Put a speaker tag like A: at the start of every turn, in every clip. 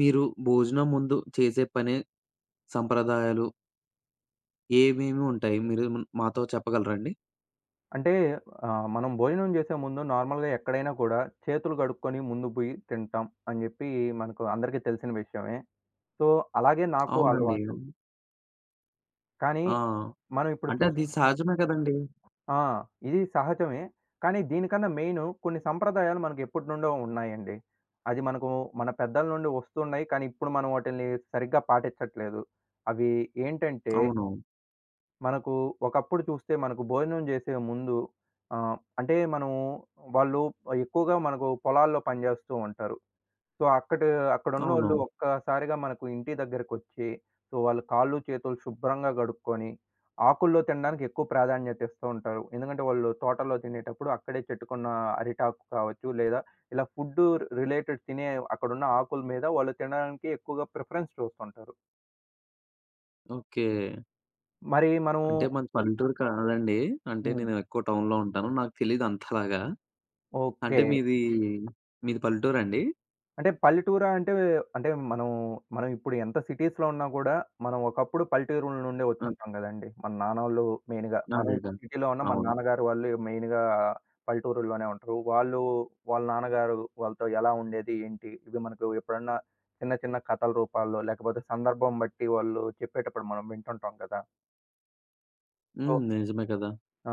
A: మీరు భోజనం ముందు చేసే పని, సంప్రదాయాలు ఏమేమి ఉంటాయి? మీరు మాతో చెప్పగలరాండి?
B: అంటే మనం భోజనం చేసే ముందు నార్మల్‌గా ఎక్కడైనా కూడా చేతులు కడుక్కొని ముందు పోయి తింటాం అని చెప్పి మనకు అందరికీ తెలిసిన విషయమే. సో, అలాగే నాకు అవును.
A: అవునండి.
B: అలవాటు. కానీ
A: ఆ!
B: మనం ఇప్పుడు
A: అంటే
B: చూస్
A: అది సహజమే కదండీ!
B: ఆ! ఇది సహజమే. కానీ దీనికన్నా మెయిను కొన్ని సంప్రదాయాలు మనకు ఎప్పటినుండో ఉన్నాయండి. అది మనకు మన పెద్దల నుండి వస్తున్నాయి. కానీ ఇప్పుడు మనం వాటిల్ని సరిగ్గా పాటించట్లేదు. అవి ఏంటంటే
A: అవును.
B: మనకు ఒకప్పుడు చూస్తే మనకు భోజనం చేసే ముందు అంటే వాళ్ళు ఎక్కువగా మనకు పొలాల్లో పనిచేస్తూ ఉంటారు. సో, అక్కడ
A: అవును.
B: అక్కడున్నోళ్ళు ఒక్కసారిగా మనకు ఇంటి దగ్గరకొచ్చి, సో, వాళ్ళు కాళ్ళు, చేతులు శుభ్రంగా కడుక్కొని, ఆకుల్లో తినడానికి ఎక్కువ ప్రాధాన్యత ఇస్తూ ఉంటారు. ఎందుకంటే వాళ్ళు తోటలో తినేటప్పుడు అక్కడే చెట్టుకున్న అరిటాకు కావచ్చు, లేదా ఇలా ఫుడ్ రిలేటెడ్ తినే అక్కడున్న ఆకుల మీద వాళ్ళు తినడానికి ఎక్కువగా ప్రిఫరెన్స్ చూస్తుంటారు.
A: ఓకే.
B: మరి మనం
A: అంటే మాది పల్లెటూరు కాదండి. అంటే
B: హ్మ్.
A: నేను ఎక్కువ టౌన్‌లో ఉంటాను. నాకు తెలీదు అంతలాగా.
B: ఓకే.
A: అంటే మీది, మీది పల్లెటూరండి?
B: అంటే పల్లెటూరా అంటే, అంటే మనం, మనం ఇప్పుడు ఎంత సిటీస్‌లో ఉన్నా గూడా, మనం ఒకప్పుడు పల్లెటూరుల నుండే
A: ఆ!
B: వచ్చుంటాం గదండీ. మన నాన్నోళ్ళు మెయిన్‌గా. మనం
A: అదేగా.
B: ఇప్పుడు సిటీలో ఉన్న మన
A: అవును.
B: నాన్నగారు వాళ్ళు మెయిన్‌గా పల్లెటూరుల్లోనే ఉంటారు. వాళ్ళు వాళ్ళ నాన్నగారు వాళ్ళతో ఎలా ఉండేది, ఏంటి ఇవి మనకు ఎప్పుడన్నా చిన్న, చిన్న కథల రూపాల్లో లేకపోతే సందర్భం బట్టి వాళ్ళు చెప్పేటప్పుడు మనం వింటుంటాం కదా!
A: హ్మ్.
B: సో,
A: నిజమే కదా!
B: ఆ!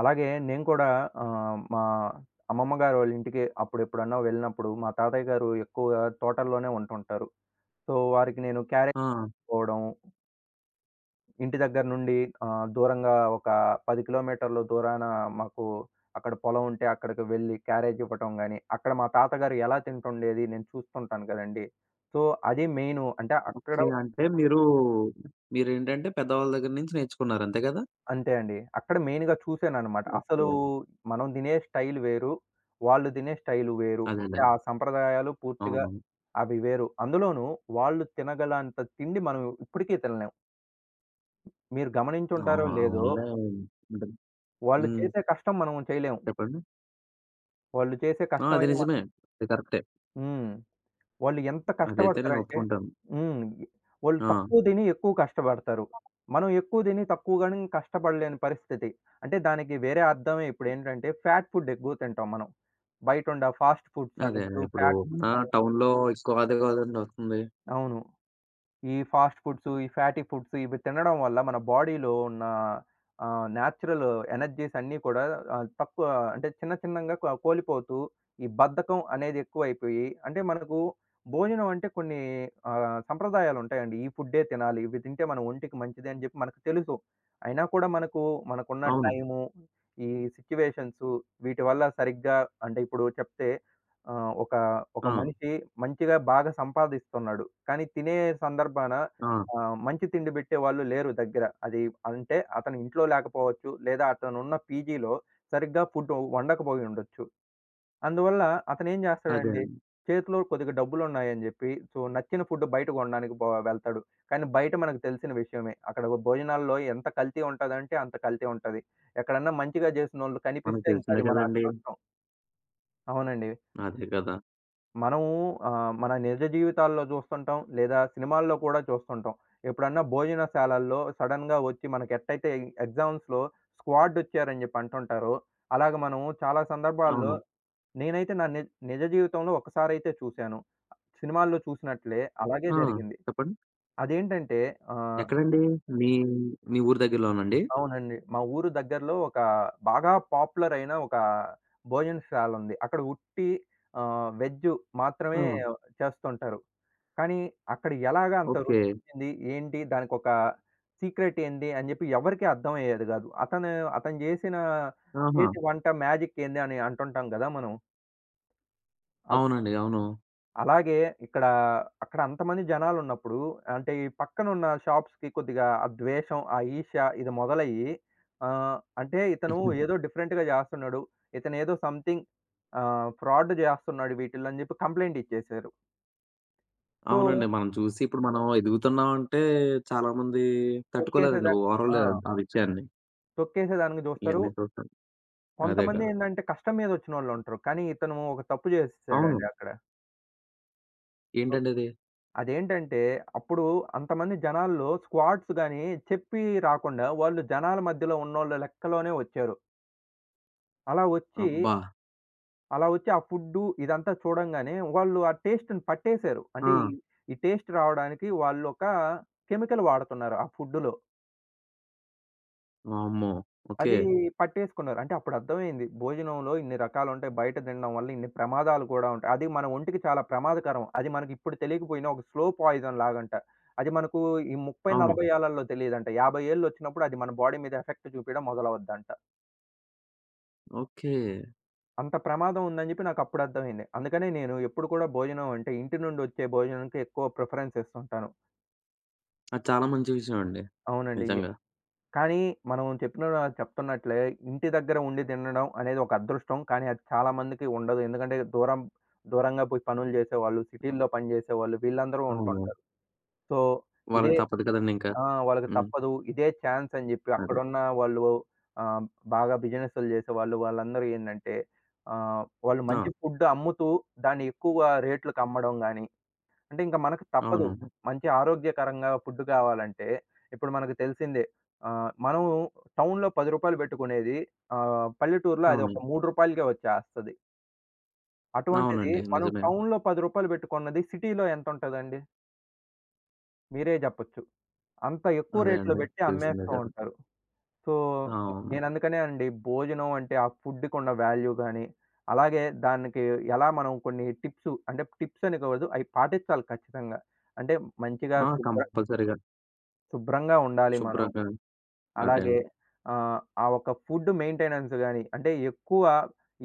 B: అలాగే నేను కూడా మా అమ్మమ్మ గారోళ్ళ ఇంటికి అప్పుడెప్పుడన్నా వెళ్ళినప్పుడు మా తాతయ్య గారు ఎక్కువగా తోటల్లోనే ఉంటుంటారు. సో, వారికి నేను క్యారేజ్
A: ఆ!
B: పోవడం, ఇంటి దగ్గర నుండి దూరంగా ఒక 10 కిలోమీటర్లు దూరాన మాకు అక్కడ పొలం ఉంటే అక్కడికి వెళ్ళి క్యారేజ్ ఇవ్వటం గాని, అక్కడ మా తాతగారు ఎలా తింటుండేది నేను చూస్తుంటాను కదండీ. సో, అది మెయిను. అంటే అక్కడ
A: ఓకే. మీరేంటంటే పెద్దవాళ్ళ దగ్గర నుంచి నేర్చుకున్నారు. అంతే కదా?
B: అంతే అండి. అక్కడ మెయిన్‌గా చూసాననమాట.
A: ఓకే.
B: అసలు మనం తినే స్టైల్ వేరు. వాళ్ళు తినే స్టైల్ వేరు.
A: అదేలే.
B: అంటే ఆ సంప్రదాయాలు పూర్తిగా
A: అవును.
B: అవి వేరు. అందులోనూ వాళ్ళు తినగలంత తిండి మనం ఇప్పటికీ తినలేం. మీరు
A: ఆ!
B: గమనించుంటారో లేదో
A: అవునులే. ఉంటది.
B: వాళ్ళు
A: హ్మ్.
B: చేసే కష్టం మనం చేయలేము.
A: చెప్పండి.
B: వాళ్ళు చేసే
A: ఆ! అది
B: కష్టమైన మ
A: నిజమే. అది కరెక్టే.
B: హ్మ్. వాళ్ళు ఎంత
A: అదైతే నేను
B: కష్టపడతారంటే
A: ఒప్పుకుంటాను.
B: హ్మ్. వాళ్ళు
A: ఆ!
B: తక్కువ తిని ఎక్కువ కష్టపడతారు. మనం ఎక్కువ తిని తక్కువ గాని కష్టపడలేని పరిస్థితి. అంటే దానికి వేరే అర్థమే ఇప్పుడేంటంటే, ఫాట్ ఫుడ్ ఎక్కువ తింటాం మనం. బయటుండే ఆ ఫాస్ట్ ఫుడ్స్ అని
A: అదే.
B: ఇప్పుడు
A: ఇప్పుడు
B: ఫాట్
A: ఆ!
B: ఫుడ్స్ అని
A: టౌన్‌లో ఎక్కువ అదే కదండీ వస్తుంది.
B: అవును. ఈ ఫాస్ట్ ఫుడ్స్, ఈ ఫ్యాటీ ఫుడ్స్ ఇవి తినడం వల్ల మన బాడీలో ఉన్న న్యాచురల్ ఎనర్జీస్ అన్నీ కూడా తక్కువ అంటే చిన్న చిన్నంగా కోల్పోతూ ఈ బద్ధకం అనేది ఎక్కువైపోయి అంటే మనకు భోజనం అంటే కొన్ని సంప్రదాయాలుంటాయండి. ఈ ఫుడ్డే తినాలి. ఇవి తింటే మన ఒంటికి మంచిది అని జెప్పి మనకు తెలుసు. అయినా కూడా మనకు మనకున్న
A: అవును.
B: టైము, ఈ సిట్యుయేషన్స్ వీటి వల్ల సరిగ్గా అంటే ఇప్పుడు చెప్తే ఒక ఒక
A: ఆ!
B: మనిషి మంచిగా బాగా సంపాదిస్తున్నాడు. కానీ తినే సందర్భాన
A: ఆ!
B: మంచి తిండి పెట్టేవాళ్ళు లేరు దగ్గర. అది అంటే అతను ఇంట్లో లేకపోవచ్చు. లేదా అతనున్న పీజీలో సరిగ్గా ఫుడ్ వండకపోయి ఉండొచ్చు. అందువల్ల అతనేం
A: అదే.
B: చేస్తాడండి, చేతిలో కొద్దిగా డబ్బులున్నాయని జెప్పి సో, నచ్చిన ఫుడ్ బయట కొనడానికి వెళ్తాడు. కానీ బయట మనకు తెలిసిన విషయమే. అక్కడ భోజనాల్లో ఎంత కల్తీ ఉంటదంటే అంత కల్తీ ఉంటది. ఎక్కడన్నా మంచిగా చేసినోళ్ళు
A: మనకు
B: కనిపిస్తే ఇంక
A: తెలిసిందే
B: అది మన
A: కదండీ.
B: అదృష్టం. అవునండి.
A: అదే కదా!
B: మనము మన నిజ జీవితాల్లో చూస్తుంటాం. లేదా సినిమాల్లో కూడా చూస్తుంటాం. ఎప్పుడన్నా భోజనశాలల్లో సడెన్‌గా వచ్చి మనకు ఎట్టయితే ఎగ్జామ్స్‌లో స్క్వాడొచ్చారని చెప్పి అంటుంటారో, అలాగ మనం చాలా సందర్భాల్లో
A: అవును.
B: అవును. నేనైతే నా ని నిజ జీవితంలో ఒక్కసారైతే చూశాను. సినిమాల్లో చూసినట్లే అలాగే
A: ఆ!
B: జరిగింది.
A: చెప్పండి.
B: అదేంటంటే ఆహ్,
A: ఎక్కడండి? మీ మీ ఊరు దగ్గరలోనండి?
B: అవునండి. మా ఊరు దగ్గరలో ఒక బాగా పాపులర్ అయిన ఒక భోజనశాలుంది. అక్కడ ఉట్టి వెజ్
A: ఆ!
B: మాత్రమే చేస్తుంటారు. కానీ అక్కడ ఎలాగా అంత
A: ఓకే.
B: రుచొచ్చింది? ఏంటి? దానికొక సీక్రెట్ ఏంది? అని జెప్పి ఎవరికీ అర్థమయ్యేది గాదు. అతను అతను జేసిన
A: ఆహా!
B: చేతి వంట మ్యాజిక్ ఏంది అని అంటుంటాం గదా మనం. అల్
A: అవునండి. అవును.
B: అలాగే ఇక్కడ అక్కడ అంతమంది జనాలున్నప్పుడు అంటే ఈ పక్కనున్న షాప్స్‌కి కొద్దిగా ఆ ద్వేషం, ఆ ఈర్ష్య ఇది మొదలయ్యి అంటే ఇతను ఏదో డిఫరెంట్‌గా జేస్తున్నాడు. ఇతనేదో సంథింగ్ ఫ్రాడ్ జేస్తున్నాడు వీటిల్లో అని జెప్పి కంప్లెయింట్ ఇచ్చేసారు.
A: అవునండి.
B: సో,
A: మనం చూసి ఇప్పుడు మనం ఎదుగుతున్నామంటే చాలామంది తట్టుకోలేరండి.
B: తొక్కేసేదా ఆ!
A: ఓర్వలేరు ఆ విషయాన్ని.
B: తొక్కేసేదానికి జూస్తారు.
A: ఇయన్నీ చూసి.
B: కొంతమంది
A: అదేగా.
B: ఏందంటే కష్టం మీద వచ్చినోళ్ళు ఉంటారు. కానీ ఇతను ఒక తప్పు
A: అవును.
B: చేసేసాడండి అక్కడ. సో,
A: ఏంటండది?
B: అదేంటంటే అప్పుడు అంతమంది జనాల్లో స్క్వాడ్స్ గాని చెప్పి రాకుండా వాళ్ళు జనాల మధ్యలో ఉన్నోళ్ళ లెక్కలోనే వచ్చారు. అలా వచ్చి,
A: అబ్బా!
B: అలా వచ్చి ఆ ఫుడ్డు ఇదంతా చూడంగానే వాళ్ళు ఆ టేస్ట్‌ని పట్టేసారు. అంటే
A: ఆ!
B: ఈ టేస్ట్ రావడానికి వాళ్ళు ఒక కెమికల్ వాడుతున్నారు ఆ ఫుడ్డులో.
A: వామ్మో! ఓకే.
B: అది పట్టేసుకున్నారు. అంటే అప్పుడు అర్థమైంది. భోజనంలో ఇన్ని రకాలుంటాయి. బయట తినడం వల్ల ఇన్ని ప్రమాదాలు కూడా ఉంటాయి. అది మన ఒంటికి చాలా ప్రమాదకరం. అది మనకి ఇప్పుడు తెలియకపోయినా ఒక స్లో పాయిజన్ లాగంట. అది మనకు ఈ 30,
A: అవును.
B: 40 ఏళ్లలో తెలీదంట. 50 ఏళ్ళు వచ్చినప్పుడు అది మన బాడీ మీద ఎఫెక్ట్ చూపియడం మొదలవద్దంట.
A: ఓకే.
B: అంత ప్రమాదం ఉందని చెప్పి నాకు అప్పుడు అర్థమైంది. అందుకనే నేను ఎప్పుడు కూడా భోజనం అంటే ఇంటి నుండి వచ్చే భోజనానికి ఎక్కువ ప్రిఫరెన్స్ ఇస్తుంటాను.
A: అది చాలా మంచి విషయం అండి.
B: అవునండి.
A: నిజంగా.
B: కానీ మనం చెప్పిన చెప్తున్నట్లే ఇంటి దగ్గర ఉండి తినడం అనేది ఒక అదృష్టం. కానీ అది చాలా మందికి ఉండదు. ఎందుకంటే దూరంగా పోయి పనులు జేసేవాళ్ళు, సిటీల్లో పని జేసేవాళ్ళు వీళ్ళందరూ
A: అవును.
B: ఉంటుంటారు. సో, ఇదే
A: వాళ్ళకి తప్పదు కదండీ ఇంకా.
B: ఆ! వాళ్ళకి
A: హ్మ్.
B: తప్పదు. ఇదే ఛాన్స్ అని జెప్పి
A: అదే.
B: అక్కడున్న వాళ్ళు ఆహ్, బాగా బిజినెస్‌లు జేసేవాళ్ళు వాళ్ళందరూ ఏందంటే వాళ్ళు
A: ఆ!
B: మంచి ఫుడ్ అమ్ముతూ దాన్ని ఎక్కువ రేట్లకమ్మడం గాని అంటే ఇంక మనకు తప్పదు.
A: అవును.
B: మంచి ఆరోగ్యకరంగా ఫుడ్ కావాలంటే, ఇప్పుడు మనకు తెలిసిందే. మనం టౌన్‌లో రూ. 10 పెట్టుకునేది పల్లెటూరులో అది
A: అవును.
B: ఒక రూ. 3కే వచ్చేస్తది. అటువంటిది
A: అవునండి.
B: మనం
A: నిజమే.
B: టౌన్‌లో రూ. 10 పెట్టుకున్నది సిటీలో ఎంతుంటదండి? మీరే జెప్పొచ్చు. అంత ఎక్కువ
A: అదే
B: రేట్‌లో
A: అండి.
B: బెట్టి
A: తెలిసిందే
B: అమ్మేస్తూ
A: కదా!
B: ఉంటారు. సో,
A: అవును.
B: నేనందుకనే అండి భోజనం అంటే ఆ ఫుడ్‌కున్న వాల్యూ గాని, అలాగే దానికి ఎలా మనం కొన్ని టిప్స్ అంటే టిప్స్ అని కాదు అయి పాటించాలి ఖచ్చితంగా. అంటే మంచిగా
A: ఆ!
B: శుభ్ర
A: కంపల్సరీగా.
B: శుభ్రంగా ఉండాలి మనం.
A: శుభ్రంగా. అదే
B: అలాగే
A: అండి.
B: ఆ ఒక ఫుడ్ మెయింటెనెన్స్ గాని, అంటే ఎక్కువ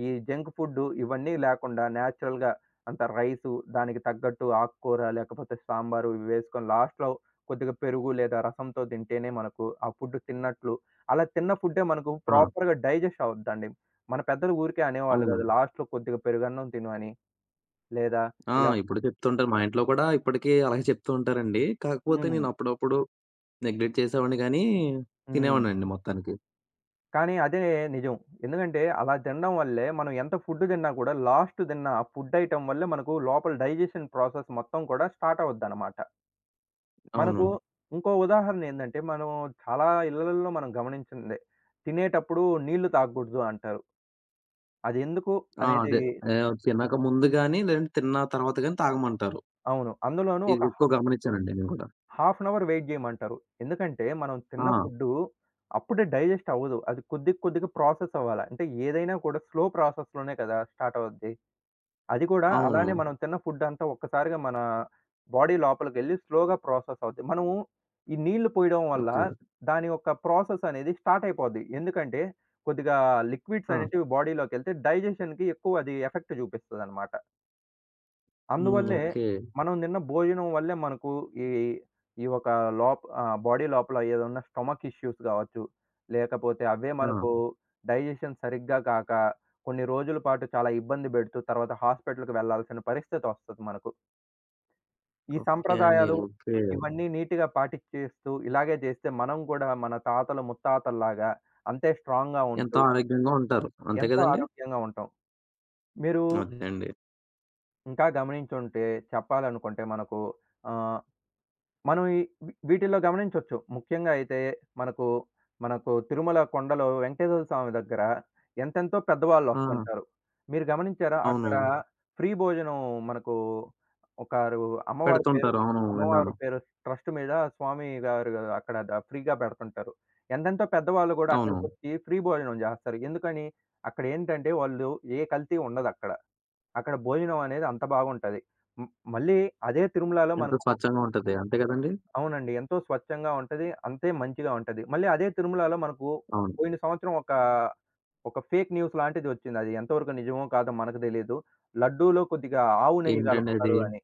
B: ఈ జంక్ ఫుడ్డు ఇవన్నీ లేకుండా నేచురల్‌గా అంత రైసు, దానికి తగ్గట్టు ఆకుకూర, లేకపోతే సాంబారు ఇవి వేసుకొని లాస్ట్‌లో కొద్దిగా పెరుగు లేదా రసంతో తింటేనే మనకు ఆ ఫుడ్ తిన్నట్లు. అలా తిన్న ఫుడ్డే మనకు
A: ఆ!
B: ప్రాపర్‌గా డైజెస్ట్ అవుద్దండి. మన పెద్దలు ఊరికే అనేవాళ్ళు
A: అవును.
B: కాదు. లాస్ట్‌లో కొద్దిగా పెరుగన్నం తిను అని. లేదా
A: ఆ!
B: ఇలా
A: ఇప్పుడు చెప్తుంటారు. మా ఇంట్లో కూడా ఇప్పటికీ అలాగే చెప్తూ ఉంటారండి. కాకపోతే
B: హ్మ్.
A: నేను అప్పుడప్పుడు నెగ్లెక్ట్ చేసేవాడిని గానీ,
B: హ్మ్.
A: తినేవాడినండి మొత్తానికి.
B: కానీ అదే నిజం. ఎందుకంటే అలా తినడం వల్లే మనం ఎంత ఫుడ్ తిన్నా కూడా లాస్ట్ తిన్న ఆ ఫుడ్ ఐటెమ్ వల్లే మనకు లోపల డైజెషన్ ప్రాసెస్ మొత్తం కూడా స్టార్ట్ అవుద్దనమాట.
A: అవును.
B: మనకు ఇంకో ఉదాహరణ ఏందంటే మనం చాలా ఇళ్లల్లో మనం గమనించిందే. తినేటప్పుడు నీళ్లు తాగకూడదు అంటారు. అది ఎందుకు
A: ఆ!
B: అనేది
A: అదే. తినక ముందు గాని, లేదంటే తిన్న తర్వాత గాని తాగమంటారు.
B: అవును. అందులోనూ ఒక
A: ఇది ఎక్కువ గమనించానండి నేను కూడా.
B: హాఫ్ అన్ అవర్ వెయిట్ చేయమంటారు. ఎందుకంటే మనం
A: ఆ!
B: తిన్న ఫుడ్డు అప్పుడే డైజెస్ట్ అవ్వదు. అది కొద్ది కొద్దిగా ప్రాసెస్ అవ్వాల. అంటే ఏదైనా కూడా స్లో ప్రాసెస్‌లోనే కదా స్టార్ట్ అవుద్ది. అది కూడా
A: అవును.
B: అలానే మనం తిన్న ఫుడ్ అంతా ఒక్కసారిగా మన బాడీ లోపలికెళ్ళి స్లోగా ప్రాసెస్ అవుద్ది. మనము ఈ నీళ్లు పోయడం వల్ల
A: ఓకే.
B: దాని యొక్క ప్రాసెస్ అనేది స్టార్ట్ అయిపోద్ది. ఎందుకంటే కొద్దిగా లిక్విడ్స్
A: ఆ!
B: అనేటివి బాడీలోకెళ్తే డైజెషన్‌కి ఎక్కువ అది ఎఫెక్ట్ చూపిస్తదనమాట.
A: హ్మ్.
B: అందువల్లే హ్మ్.
A: ఓకే.
B: మనం తిన్న భోజనం వల్లే మనకు ఈ ఈ బాడీ లోపల ఏదన్నా స్టొమక్ ఇష్యూస్ కావచ్చు. లేకపోతే అవే
A: ఆ!
B: మనకు డైజెషన్ సరిగ్గా కాక కొన్ని రోజుల పాటు చాలా ఇబ్బంది పెడుతూ తర్వాత హాస్పిటల్‌కి వెళ్ళాల్సిన పరిస్థితి వస్తది మనకు. ఈ
A: ఓకే అండి.
B: సంప్రదాయాలు
A: ఓకే.
B: ఇవన్నీ నీట్‌గా పాటిచ్చేస్తూ ఇలాగే చేస్తే మనం కూడా మన తాతలు, ముత్తాతల్లాగా అంతే స్ట్రాంగ్‌గా
A: ఎంతో
B: ఉంటూ
A: ఆరోగ్యంగా ఉంటారు. అంతే
B: ఎంతో
A: కదండీ!
B: ఆరోగ్యంగా ఉంటాం. మీరు
A: అదే అండి.
B: ఇంకా గమనించుంటే చెప్పాలనుకుంటే మనకు ఆహ్ మనం ఈ వీ వీటిల్లో గమనించొచ్చు. ముఖ్యంగా అయితే మనకు, మనకు తిరుమల కొండలో వెంకటేశ్వర స్వామి దగ్గర ఎంతెంతో
A: ఆ!
B: పెద్దవాళ్ళొస్తుంటారు. మీరు గమనించారా?
A: అవును.
B: అక్కడ ఫ్రీ భోజనం మనకు ఒకరు అమ్మవారి పేరు,
A: పెడుతుంటారు. అవును. విన్నాను.
B: అమ్మవారి పేరు ట్రస్ట్ మీద స్వామి గారు అక్కడ ఫ్రీగా పెడుతుంటారు. ఎంతెంతో పెద్దవాళ్ళు గూడా
A: అవును.
B: అక్కడికొచ్చి ఫ్రీ భోజనం జేస్తారు. ఎందుకని? అక్కడేంటంటే వాళ్ళు ఏ కల్తీ ఉండదక్కడ. అక్కడ అక్కడ భోజనం అనేది అంత బాగుంటది. హ్మ్. మళ్ళీ అదే తిరుమలలో
A: ఎంతో
B: మనకు
A: స్వచ్ఛంగా ఉంటది. అంతే కదండీ!
B: అవునండి. ఎంతో స్వచ్ఛంగా ఉంటది. అంతే మంచిగా ఉంటది. మళ్ళీ అదే తిరుమలలో మనకు
A: అవును.
B: పోయిన సంవత్సరం ఒక ఫేక్ న్యూస్ లాంటిది వచ్చింది. అది ఎంతవరకు నిజమో కాదో మనకు తెలీదు. లడ్డూలో కొద్దిగా ఆవు నెయ్యి
A: ఏంటండి అది?
B: కలుపుతారు అని.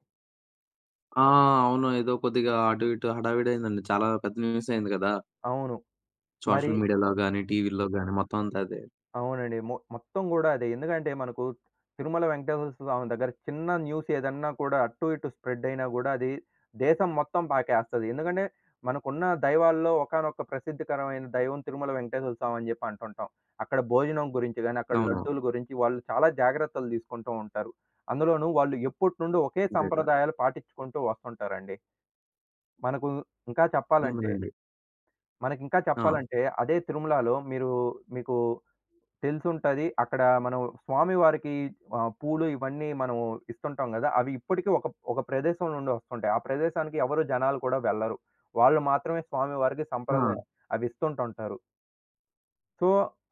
A: ఆ! అవును. ఏదో కొద్దిగా అటు ఇటు హడావిడి అయిందండి. చాలా పెద్ద న్యూస్ అయింది కదా!
B: అవును. మరి
A: సోషల్ మీడియాలో గాని, టీవీల్లో గాని మొత్తం అంతా అదే.
B: అవునండి. మొత్తం గూడా అదే. ఎందుకంటే మనకు తిరుమల వెంకటేశ్వర స్వామి దగ్గర చిన్న న్యూస్ ఏదన్నా కూడా అటు ఇటు స్ప్రెడ్ అయినా గూడా అది దేశం మొత్తం పాకేస్తది. ఎందుకంటే మనకున్న దైవాల్లో ఒకానొక ప్రసిద్ధికరమైన దైవం తిరుమల వెంకటేశ్వర స్వామి అని జెప్పి అంటుంటాం. అక్కడ భోజనం గురించి గాని, అక్కడ
A: అవును.
B: లడ్డూల గురించి వాళ్ళు చాలా జాగ్రత్తలు దీసుకుంటూ ఉంటారు. అందులోనూ వాళ్ళు ఎప్పటినుండో ఒకే
A: అదేగా.
B: సంప్రదాయాలు పాటించుకుంటూ వస్తుంటారండి. మనకు ఇంకా
A: ముందు
B: చెప్పాలంటే
A: నుండి.
B: మనకింకా
A: ఆ!
B: చెప్పాలంటే అదే తిరుమలలో మీకు తెలిసుంటది. అక్కడ మనం స్వామివారికి పూలు ఇవన్నీ మనం ఇస్తుంటాం గదా! అవి ఇప్పటికి ఒక ఒక ప్రదేశం నుండి వస్తుంటాయి. ఆ ప్రదేశానికి ఎవరు జనాలు కూడా వెళ్లరు. వాళ్ళు మాత్రమే స్వామివారికి
A: ఆ!
B: సంప్రదాయం అవి ఇస్తుంటుంటారు. సో,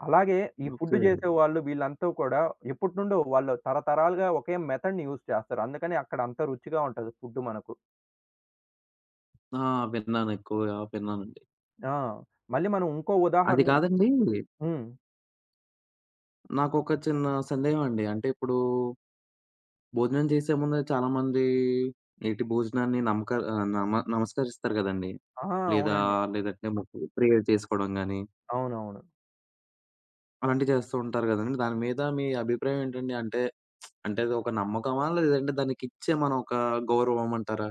B: అలాగే ఈ ఫుడ్
A: ఓకే.
B: జేసేవాళ్ళు వీళ్ళంతా కూడా ఎప్పటినుండో వాళ్ళు తరతరాలుగా ఒకే మెథడ్‌ని యూజ్ చేస్తారు. అందుకని అక్కడ అంత రుచిగా ఉంటది ఫుడ్ మనకు.
A: ఆ! విన్నాను ఎక్కువగా విన్నానండి.
B: ఆ! మళ్ళీ మనం ఇంకో
A: అది
B: ఉదాహరణ
A: కాదండి,
B: హ్మ్.
A: నాకొక చిన్న సందేహం అండి. అంటే ఇప్పుడు భోజనం చేసే ముందు చాలామంది నేటి భోజనాన్ని నమక ఆహ్, నమ నమస్కరిస్తారు గదండీ!
B: ఆ!
A: లేదా
B: అవునండి.
A: లేదంటే మొక్కు ప్రేయర్ చేసుకోవడం గాని,
B: అవునవును.
A: అలాంటివి చేస్తూ ఉంటారు గదండీ! దాని మీద మీ అభిప్రాయం ఏంటండి? అంటే అది ఒక నమ్మకమా? లేదంటే దానికిచ్చే మనం ఒక గౌరవం అంటారా?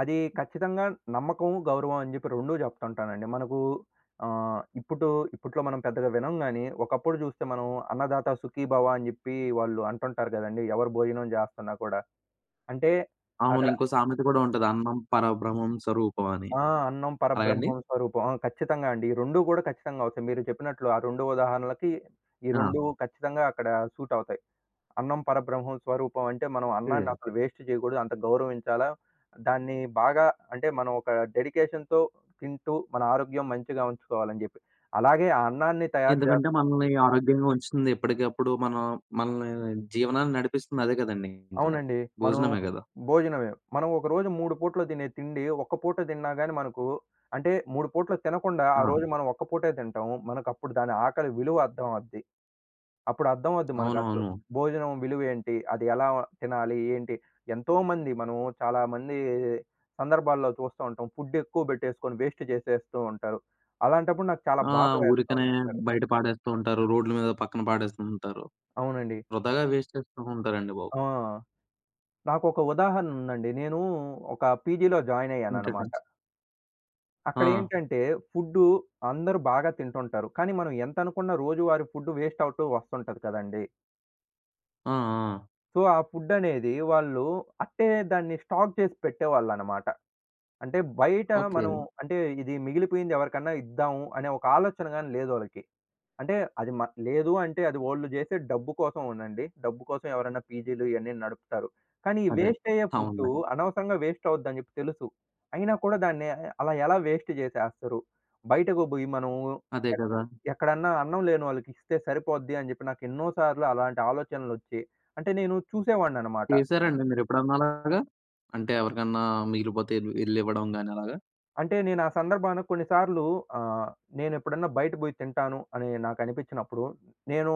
B: అది ఖచ్చితంగా నమ్మకం, గౌరవం అని జెప్పి 2 జెప్తుంటానండి. మనకు ఆహ్, ఇప్పుడు ఇప్పట్లో మనం పెద్దగా వినం గాని, ఒకప్పుడు జూస్తే మనం అన్నదాత సుఖీభవ అని జెప్పి వాళ్ళు అంటుంటారు గదండీ. ఎవరు భోజనం జేస్తున్నా కూడా. అంటే
A: అవును.
B: అక్కడ
A: ఇంకో సామెత కూడా ఉంటది. అన్నం పరబ్రహ్మం స్వరూపం అని.
B: ఆ! అన్నం
A: అలాగండి?
B: పరబ్రహ్మం స్వరూపం. ఆ! ఖచ్చితంగా అండి. ఈ 2 గూడా ఖచ్చితంగా అవుతాయి. మీరు చెప్పినట్లు ఆ 2 ఉదాహరణలకి, ఈ
A: ఆ!
B: 2 ఖచ్చితంగా అక్కడ సూట్ అవుతాయి. అన్నం పరబ్రహ్మం స్వరూపం అంటే మనం
A: ఓకే.
B: అన్నాన్ని అసలు వేస్ట్ చేయకూడదు. అంత గౌరవించాలా. దాన్ని బాగా అంటే మనం ఒక డెడికేషన్‌తో తింటూ మన ఆరోగ్యం మంచిగా ఉంచుకోవాలని జెప్పి. అలాగే ఆ అన్నాన్ని తయారు జే
A: ఎందుకంటే మనల్ని ఆరోగ్యంగా ఉంచుతుంది. ఎప్పటికప్పుడు మనల్ని జీవనాన్ని నడిపిస్తుంది అదే కదండీ ఇంకా.
B: అవునండి. మనం
A: భోజనమే గదా!
B: భోజనమే. మనం ఒకరోజు 3 పూటలు తినే తిండి ఒక్క పూట తిన్నా గాని మనకు అంటే 3 పూటలు తినకుండా ఆ
A: ఆ!
B: రోజు మనం ఒక్క పూటే తింటాం. మనకప్పుడు దాని ఆకలి విలువ అర్థం అవుద్ది. అప్పుడు అర్థమవుద్ది మనకసలు.
A: అవునవును.
B: భోజనం విలువేంటి? అది ఎలా తినాలి? ఏంటి? ఎంతోమంది మనం చాలా మంది సందర్భాల్లో చూస్తూ ఉంటాం. ఫుడ్ ఎక్కువ పెట్టేసుకొని వేస్ట్ చేసేస్తూ ఉంటారు. అలాంటప్పుడు నాకు చాలా
A: ఆ!
B: బాధ వేస్తూ
A: ఊరికనే
B: ఉంటుంటది.
A: బయట పాడేస్తూ ఉంటారు. రోడ్ల మీద పక్కన పాడేస్తూ ఉంటారు.
B: అవునండి.
A: వృధాగా వేస్ట్ చేస్తూ ఉంటారండి బాబు.
B: ఆ! నాకొక ఉదాహరణ ఉందండి. నేను ఒక పీజీలో జాయిన్ అయ్యాననమాట.
A: ఏంటంటే ఆ!
B: అక్కడేంటంటే ఫుడ్డు అందరూ బాగా తింటుంటారు. కానీ మనం ఎంతనుకున్న రోజువారీ ఫుడ్ వేస్ట్ అవుతూ వస్తుంటది కదండీ!
A: ఆ! ఆ!
B: సో, ఆ ఫుడ్ అనేది వాళ్ళు అట్టే దాన్ని స్టాక్ చేసి పెట్టేవాళ్ళనమాట. అంటే బయట
A: ఓకే.
B: మనం హుహు. అంటే ఇది మిగిలిపోయింది ఎవరికన్నా ఇద్దాము అనే ఒక ఆలోచన గాని లేదోళ్ళకి. అంటే అది మ లేదు అంటే అది వోళ్ళు జేసే డబ్బు కోసం అవునండి. డబ్బు కోసం ఎవరన్నా పీజీలు ఇయన్నీ నడుపుతారు. కానీ ఈ
A: అదే.
B: వేస్ట్ అయ్యే ఫుడ్డు
A: అవునులెండి.
B: అనవసరంగా వేస్ట్ అవుద్దని జెప్పి తెలుసు. అయినా కూడా దాన్ని అలా ఎలా వేస్ట్ జేసేస్తారు? బయటకు బోయి మనం
A: అదే
B: ఎక్
A: కదా!
B: ఎక్కడన్నా అన్నం లేనోళ్ళకి ఇస్తే సరిపోద్ది అని జెప్పి నాకు ఎన్నో సార్లు అలాంటి ఆలోచనలొచ్చి అంటే నేను చూసేవాడిననమాట.
A: చేసారండి మీరెప్పుడన్నా అలాగా? అంటే ఎవరికన్నా మిగిలిపోతే ఎళ్ళివ్వడం గాని అలాగా?
B: అంటే నేను ఆ సందర్భాన కొన్నిసార్లు ఆహ్, నేనెప్పుడన్నా బయట బోయి తింటాను అని నాకనిపించినప్పుడు, నేను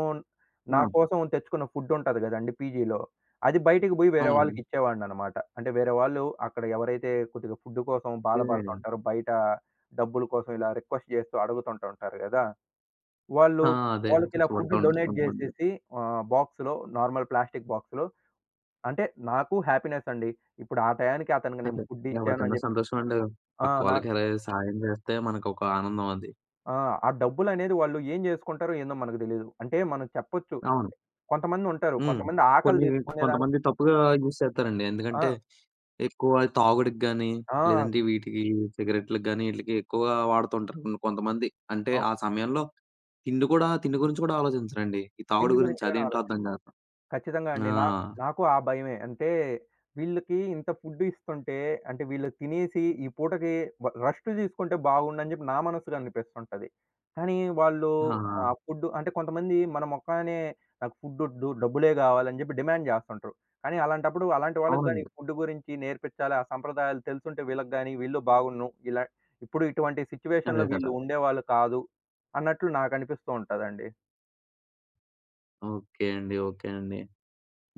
A: ఆ!
B: నా కోసం తెచ్చుకున్న ఫుడ్డుంటది గదండీ పీజీలో. అది బయటికి బోయి వేరే
A: అవును.
B: వాళ్ళకిచ్చేవాడిననమాట. అంటే వేరే వాళ్ళు అక్కడ ఎవరైతే కొద్దిగా ఫుడ్డు కోసం
A: ఏ
B: బాధపడుతుంటారో, బయట డబ్బుల కోసం ఇలా రిక్వెస్ట్ జేస్తూ అడుగుతుంటూ ఉంటారు గదా! వాళ్ళు
A: ఆ! అదే.
B: వాళ్ళకిలా
A: కష్టపడుతూ
B: ఫుడ్డు
A: ఉంటారు
B: డొనేట్
A: కొంతమంది.
B: జేసేసి నార్మల్ ప్లాస్టిక్ బాక్స్‌లో అంటే నాకు హ్యాపీనెస్ అండి. ఇప్పుడు ఆ టయానికి అతనికి నేను
A: అదే.
B: ఫుడ్డిచ్చాను అని
A: ఎవరికన్నా
B: జెప్పి
A: సంతోషం అండి.
B: ఆ!
A: పక్క
B: నాకు
A: వాళ్ళకి ఎలా సాయం చేస్తే మనకొక ఆనందం అది.
B: ఆ! ఆ డబ్బులనేది వాళ్ళు ఏం జేసుకుంటారో ఏందో మనకు తెలీదు. అంటే మనం చెప్పొచ్చు.
A: అవును.
B: కొంతమందుంటారు.
A: హ్మ్.
B: కొంతమంది ఆకలి
A: కొన్ని
B: తీర్చుకునేదానికి
A: కొంతమంది తప్పుగా యూజ్ చేస్తారండి.
B: ఆ!
A: ఎందుకంటే ఎక్కువ తాగుడుకి గాని,
B: ఆ!
A: లేదంటే వీటికి సిగరెట్‌లకి గాని ఈటిలకి ఎక్కువ వాడుతుంటారు కొంతమంది. అంటే
B: అవు
A: ఆ సమయంలో తిండి గురించి కూడా ఆలోచించరండి. ఈ తాగుడు
B: తిండి
A: గురించి
B: గురించి గాని ఆలో
A: అదేంటో అర్థం కాదు.
B: ఖచ్చితంగా అండి.
A: ఆ!
B: నాకు నాకు ఆ భయమే. అంటే వీళ్ళకి ఇంత ఫుడ్ ఇస్తుంటే అంటే వీళ్ళు తినేసి ఈ పూటకి రెస్ట్ తీసుకుంటే బాగుండని చెప్పి నా మనసుకు అనిపిస్తుంటది. కానీ వాళ్ళు
A: ఆ!
B: ఆ ఫుడ్ అంటే కొంతమంది మన మొఖానే నాకు ఫుడొద్దు డబ్బులే గావాలని జెప్పి డిమాండ్ జేస్తుంటరు. కానీ అలాంటప్పుడు అలాంటి వాళ్ళకి గాని
A: అవునండి.
B: ఫుడ్ గురించి నేర్పిచ్చాలి. ఆ సంప్రదాయాలు తెలుసుంటే వీళ్ళకి గాని వీళ్ళు బాగున్ను. ఇలా ఇప్పుడు ఇటువంటి
A: అదే
B: సిట్యుయేషన్‌లో
A: కదా!
B: వీళ్ళు ఉండేవాళ్ళు కాదు అన్నట్లు నాకనిపిస్తూ ఉంటదండి.
A: ఓకే అండి. ఓకే అండి.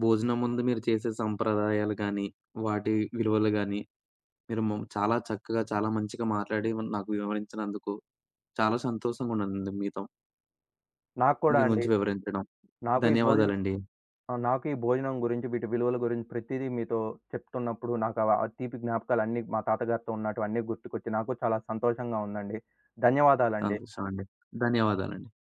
A: భోజనం ముందు మీరు చేసే సంప్రదాయాలు గాని, వాటి విలువలు గాని మీరు చాలా చక్కగా, చాలా మంచిగా మాట్లాడి నాకు వివరించినందుకు చాలా సంతోషంగా ఉన్నదండి మీతో.
B: నాకు కూడా
A: దీని
B: అండి.
A: గురించి వివరించడం.
B: నాకు ఈ భోజనం
A: ధన్యవాదాలండి.
B: ఆ! నాకు ఈ భోజనం గురించి, వీటి విలువల గురించి ప్రతీదీ మీతో చెప్తున్నప్పుడు నాకు ఆ తీపి జ్ఞాపకాలన్నీ మా తాతగారితో ఉన్నటివన్నీ గుర్తుకొచ్చి నాకు చాలా సంతోషంగా ఉందండి. ధన్యవాదాలండి.
A: సంతోషం అండి. ధన్యవాదాలండి.